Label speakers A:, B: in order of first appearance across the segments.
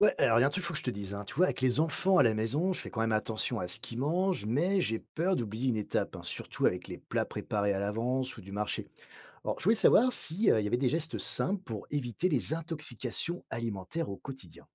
A: Ouais, alors il y a un truc, qu'il faut que je te dise, hein. Tu vois, avec les enfants à la maison, je fais quand même attention à ce qu'ils mangent, mais j'ai peur d'oublier une étape, hein, surtout avec les plats préparés à l'avance ou du marché. Alors, je voulais savoir si, il y avait des gestes simples pour éviter les intoxications alimentaires au quotidien.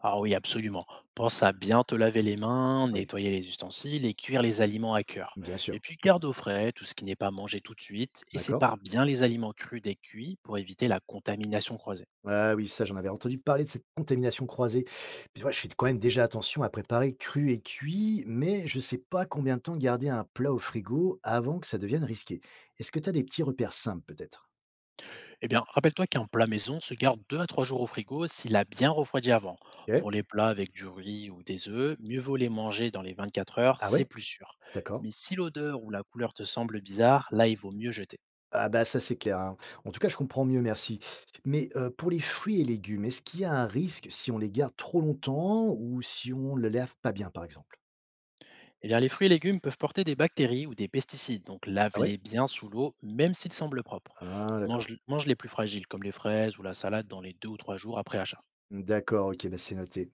B: Ah oui, absolument. Pense à bien te laver les mains,
A: Oui,
B: nettoyer les ustensiles et cuire les aliments à cœur.
A: bien
B: Et
A: sûr.
B: puis garde au frais tout ce qui n'est pas mangé tout de suite et
A: D'accord?
B: sépare bien les aliments crus des cuits pour éviter la contamination croisée.
A: Ah oui, ça, j'en avais entendu parler de cette contamination croisée. Puis, tu vois, je fais quand même déjà attention à préparer cru et cuit, mais je sais pas combien de temps garder un plat au frigo avant que ça devienne risqué. Est-ce que tu as des petits repères simples, peut-être?
B: Eh bien, rappelle-toi qu'un plat maison se garde 2 à 3 jours au frigo s'il a bien refroidi avant.
A: Ok.
B: Pour les plats avec du riz ou des œufs, mieux vaut les manger dans les 24 heures,
A: Ah
B: c'est
A: ouais?
B: plus sûr.
A: D'accord.
B: Mais si l'odeur ou la couleur te semble bizarre, là il vaut mieux jeter.
A: Ah bah, ça, c'est clair, hein. En tout cas, je comprends mieux, merci. Mais, pour les fruits et légumes, est-ce qu'il y a un risque si on les garde trop longtemps ou si on ne le lave pas bien, par exemple?
B: Eh bien, les fruits et légumes peuvent porter des bactéries ou des pesticides, donc
A: Ah ouais?
B: lave-les bien sous l'eau, même s'ils semblent propres.
A: Ah d'accord.
B: Mange, mange les plus fragiles, comme les fraises ou la salade, dans les 2 ou 3 jours après achat.
A: D'accord, OK, bah, c'est noté.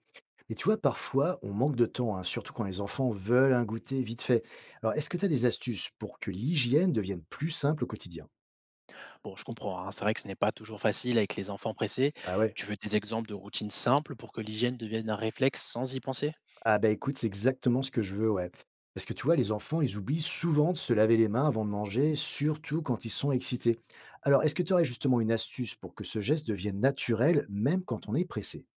A: Mais tu vois, parfois, on manque de temps, hein, surtout quand les enfants veulent un goûter vite fait. Alors, est-ce que tu as des astuces pour que l'hygiène devienne plus simple au quotidien?
B: Bon, je comprends, hein, c'est vrai que ce n'est pas toujours facile avec les enfants pressés.
A: Ah ouais.
B: Tu veux des exemples de routines simples pour que l'hygiène devienne un réflexe sans y penser.
A: Ah bah, écoute, c'est exactement ce que je veux, ouais. Parce que tu vois, les enfants, ils oublient souvent de se laver les mains avant de manger, surtout quand ils sont excités. Alors, est-ce que tu aurais justement une astuce pour que ce geste devienne naturel, même quand on est pressé?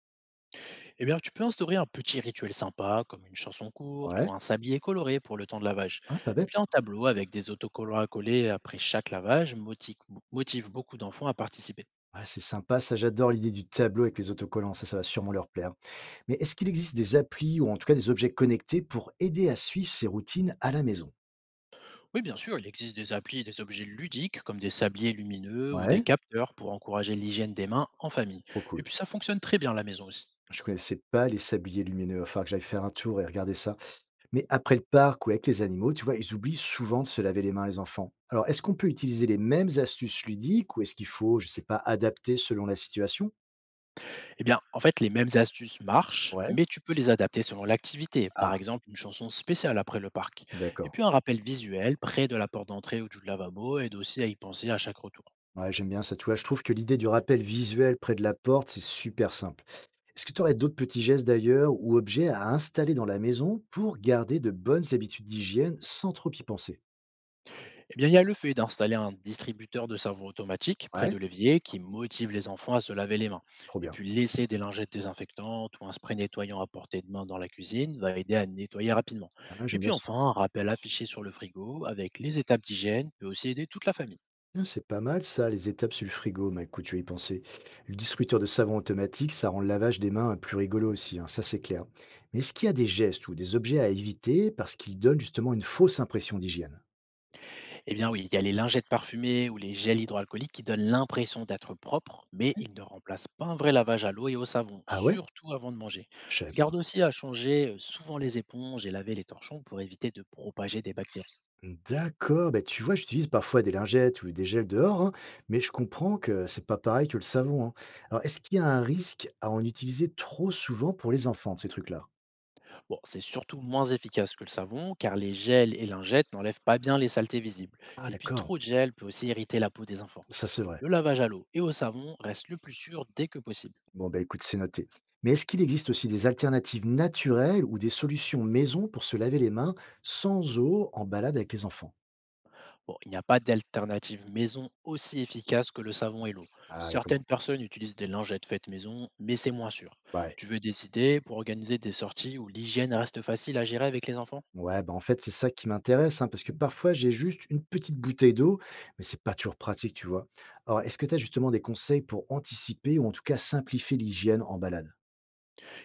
B: Eh bien, tu peux instaurer un petit rituel sympa, comme une chanson courte ou
A: Ouais.
B: un sablier coloré pour le temps de lavage.
A: Ah, pas
B: Et puis
A: bête.
B: un tableau avec des autocollants à coller après chaque lavage motive beaucoup d'enfants à participer.
A: Ah, c'est sympa, ça j'adore l'idée du tableau avec les autocollants, ça va sûrement leur plaire. Mais est-ce qu'il existe des applis ou en tout cas des objets connectés pour aider à suivre ces routines à la maison?
B: Oui, bien sûr, il existe des applis et des objets ludiques comme des sabliers lumineux ou des
A: Ouais,
B: capteurs pour encourager l'hygiène des mains en famille.
A: trop
B: Et
A: cool.
B: puis ça fonctionne très bien à la maison aussi.
A: Je connaissais pas les sabliers lumineux, il va falloir que j'aille faire un tour et regarder ça. Mais après le parc ou avec les animaux, tu vois, ils oublient souvent de se laver les mains, les enfants. Alors, est-ce qu'on peut utiliser les mêmes astuces ludiques ou est-ce qu'il faut, je sais pas, adapter selon la situation?
B: Eh bien, en fait, les mêmes astuces marchent,
A: Ouais,
B: mais tu peux les adapter selon l'activité.
A: Ah,
B: Par exemple, une chanson spéciale après le parc. Et
A: d'accord.
B: puis un rappel visuel près de la porte d'entrée ou du lavabo aide aussi à y penser à chaque retour.
A: Ouais, j'aime bien ça. Tu vois, je trouve que l'idée du rappel visuel près de la porte, c'est super simple. Est-ce que tu aurais d'autres petits gestes d'ailleurs ou objets à installer dans la maison pour garder de bonnes habitudes d'hygiène sans trop y penser?
B: Eh bien, il y a le fait d'installer un distributeur de savon automatique près
A: Ouais,
B: de l'évier qui motive les enfants à se laver les mains.
A: trop
B: Et
A: bien.
B: puis, laisser des lingettes désinfectantes ou un spray nettoyant à portée de main dans la cuisine va aider à nettoyer rapidement.
A: Ah,
B: Et
A: j'aime bien
B: puis,
A: ça.
B: enfin, un rappel affiché sur le frigo avec les étapes d'hygiène peut aussi aider toute la famille.
A: Ah, c'est pas mal ça, les étapes sur le frigo, bah, écoute, je vais y penser. Le distributeur de savon automatique, ça rend le lavage des mains plus rigolo aussi, hein, ça c'est clair. Mais est-ce qu'il y a des gestes ou des objets à éviter parce qu'ils donnent justement une fausse impression d'hygiène?
B: Eh bien, oui, il y a les lingettes parfumées ou les gels hydroalcooliques qui donnent l'impression d'être propres, mais ils ne remplacent pas un vrai lavage à l'eau et au savon,
A: Ah ouais?
B: surtout avant de manger.
A: Je savais
B: Garde
A: pas.
B: aussi à changer souvent les éponges et laver les torchons pour éviter de propager des bactéries.
A: D'accord, bah, tu vois, j'utilise parfois des lingettes ou des gels dehors, hein, mais je comprends que c'est pas pareil que le savon, hein. Alors, est-ce qu'il y a un risque à en utiliser trop souvent pour les enfants, ces trucs-là?
B: Bon, c'est surtout moins efficace que le savon car les gels et lingettes n'enlèvent pas bien les saletés visibles.
A: Ah
B: Et puis
A: d'accord,
B: trop de gel peut aussi irriter la peau des enfants.
A: ça c'est vrai.
B: Le lavage à l'eau et au savon reste le plus sûr dès que possible.
A: Bon, bah, écoute, c'est noté. Mais est-ce qu'il existe aussi des alternatives naturelles ou des solutions maison pour se laver les mains sans eau en balade avec les enfants?
B: Bon, il n'y a pas d'alternative maison aussi efficace que le savon et l'eau.
A: Ah, d'accord.
B: Certaines personnes utilisent des lingettes faites maison, mais c'est moins sûr.
A: Ouais.
B: Tu veux des idées pour organiser des sorties où l'hygiène reste facile à gérer avec les enfants.
A: Ouais, bah, en fait, c'est ça qui m'intéresse, hein, parce que parfois, j'ai juste une petite bouteille d'eau, mais c'est pas toujours pratique, tu vois. Alors, est-ce que tu as justement des conseils pour anticiper ou en tout cas simplifier l'hygiène en balade?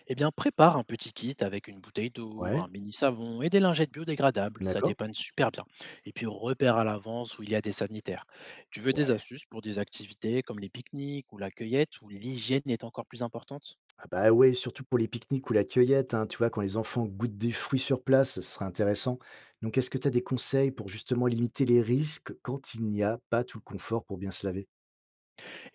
B: Eh bien, prépare un petit kit avec une bouteille d'eau,
A: Ouais,
B: un mini savon et des lingettes biodégradables. Ça
A: d'accord.
B: dépanne super bien. Et puis, repère à l'avance où il y a des sanitaires. Tu veux des
A: Ouais.
B: astuces pour des activités comme les pique-niques ou la cueillette où l'hygiène est encore plus importante.
A: Ah bah ouais, surtout pour les pique-niques ou la cueillette, hein, tu vois, quand les enfants goûtent des fruits sur place, ce serait intéressant. Donc est-ce que tu as des conseils pour justement limiter les risques quand il n'y a pas tout le confort pour bien se laver?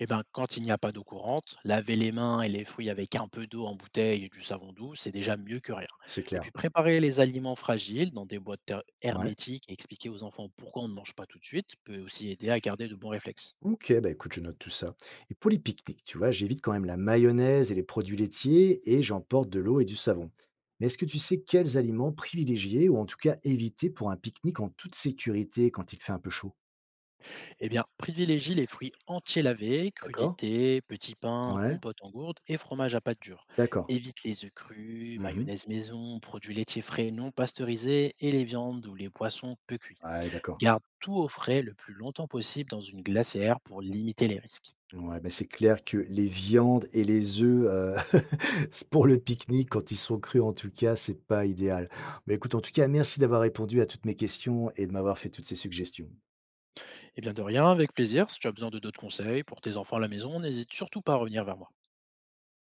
B: Eh bien, quand il n'y a pas d'eau courante, laver les mains et les fruits avec un peu d'eau en bouteille et du savon doux, c'est déjà mieux que rien.
A: C'est
B: Et
A: clair.
B: puis, préparer les aliments fragiles dans des boîtes
A: Ouais.
B: hermétiques et expliquer aux enfants pourquoi on ne mange pas tout de suite peut aussi aider à garder de bons réflexes.
A: Ok, bah écoute, je note tout ça. Et pour les pique-niques, tu vois, j'évite quand même la mayonnaise et les produits laitiers et j'emporte de l'eau et du savon. Mais est-ce que tu sais quels aliments privilégier ou en tout cas éviter pour un pique-nique en toute sécurité quand il fait un peu chaud?
B: Eh bien, privilégie les fruits entiers lavés,
A: D'accord?
B: crudités, petits pains,
A: Ouais,
B: compote en gourde et fromage à pâte dure.
A: d'accord.
B: Évite les œufs crus,
A: Mhm.
B: mayonnaise maison, produits laitiers frais non pasteurisés et les viandes ou les poissons peu cuits.
A: Ouais, d'accord.
B: Garde tout au frais le plus longtemps possible dans une glacière pour limiter les risques.
A: Ouais, bah, c'est clair que les viandes et les œufs, s pour le pique-nique, quand ils sont crus en tout cas, c'est pas idéal. Mais écoute, en tout cas, merci d'avoir répondu à toutes mes questions et de m'avoir fait toutes ces suggestions.
B: Eh bien, de rien, avec plaisir. Si tu as besoin de d'autres conseils pour tes enfants à la maison, n'hésite surtout pas à revenir vers moi.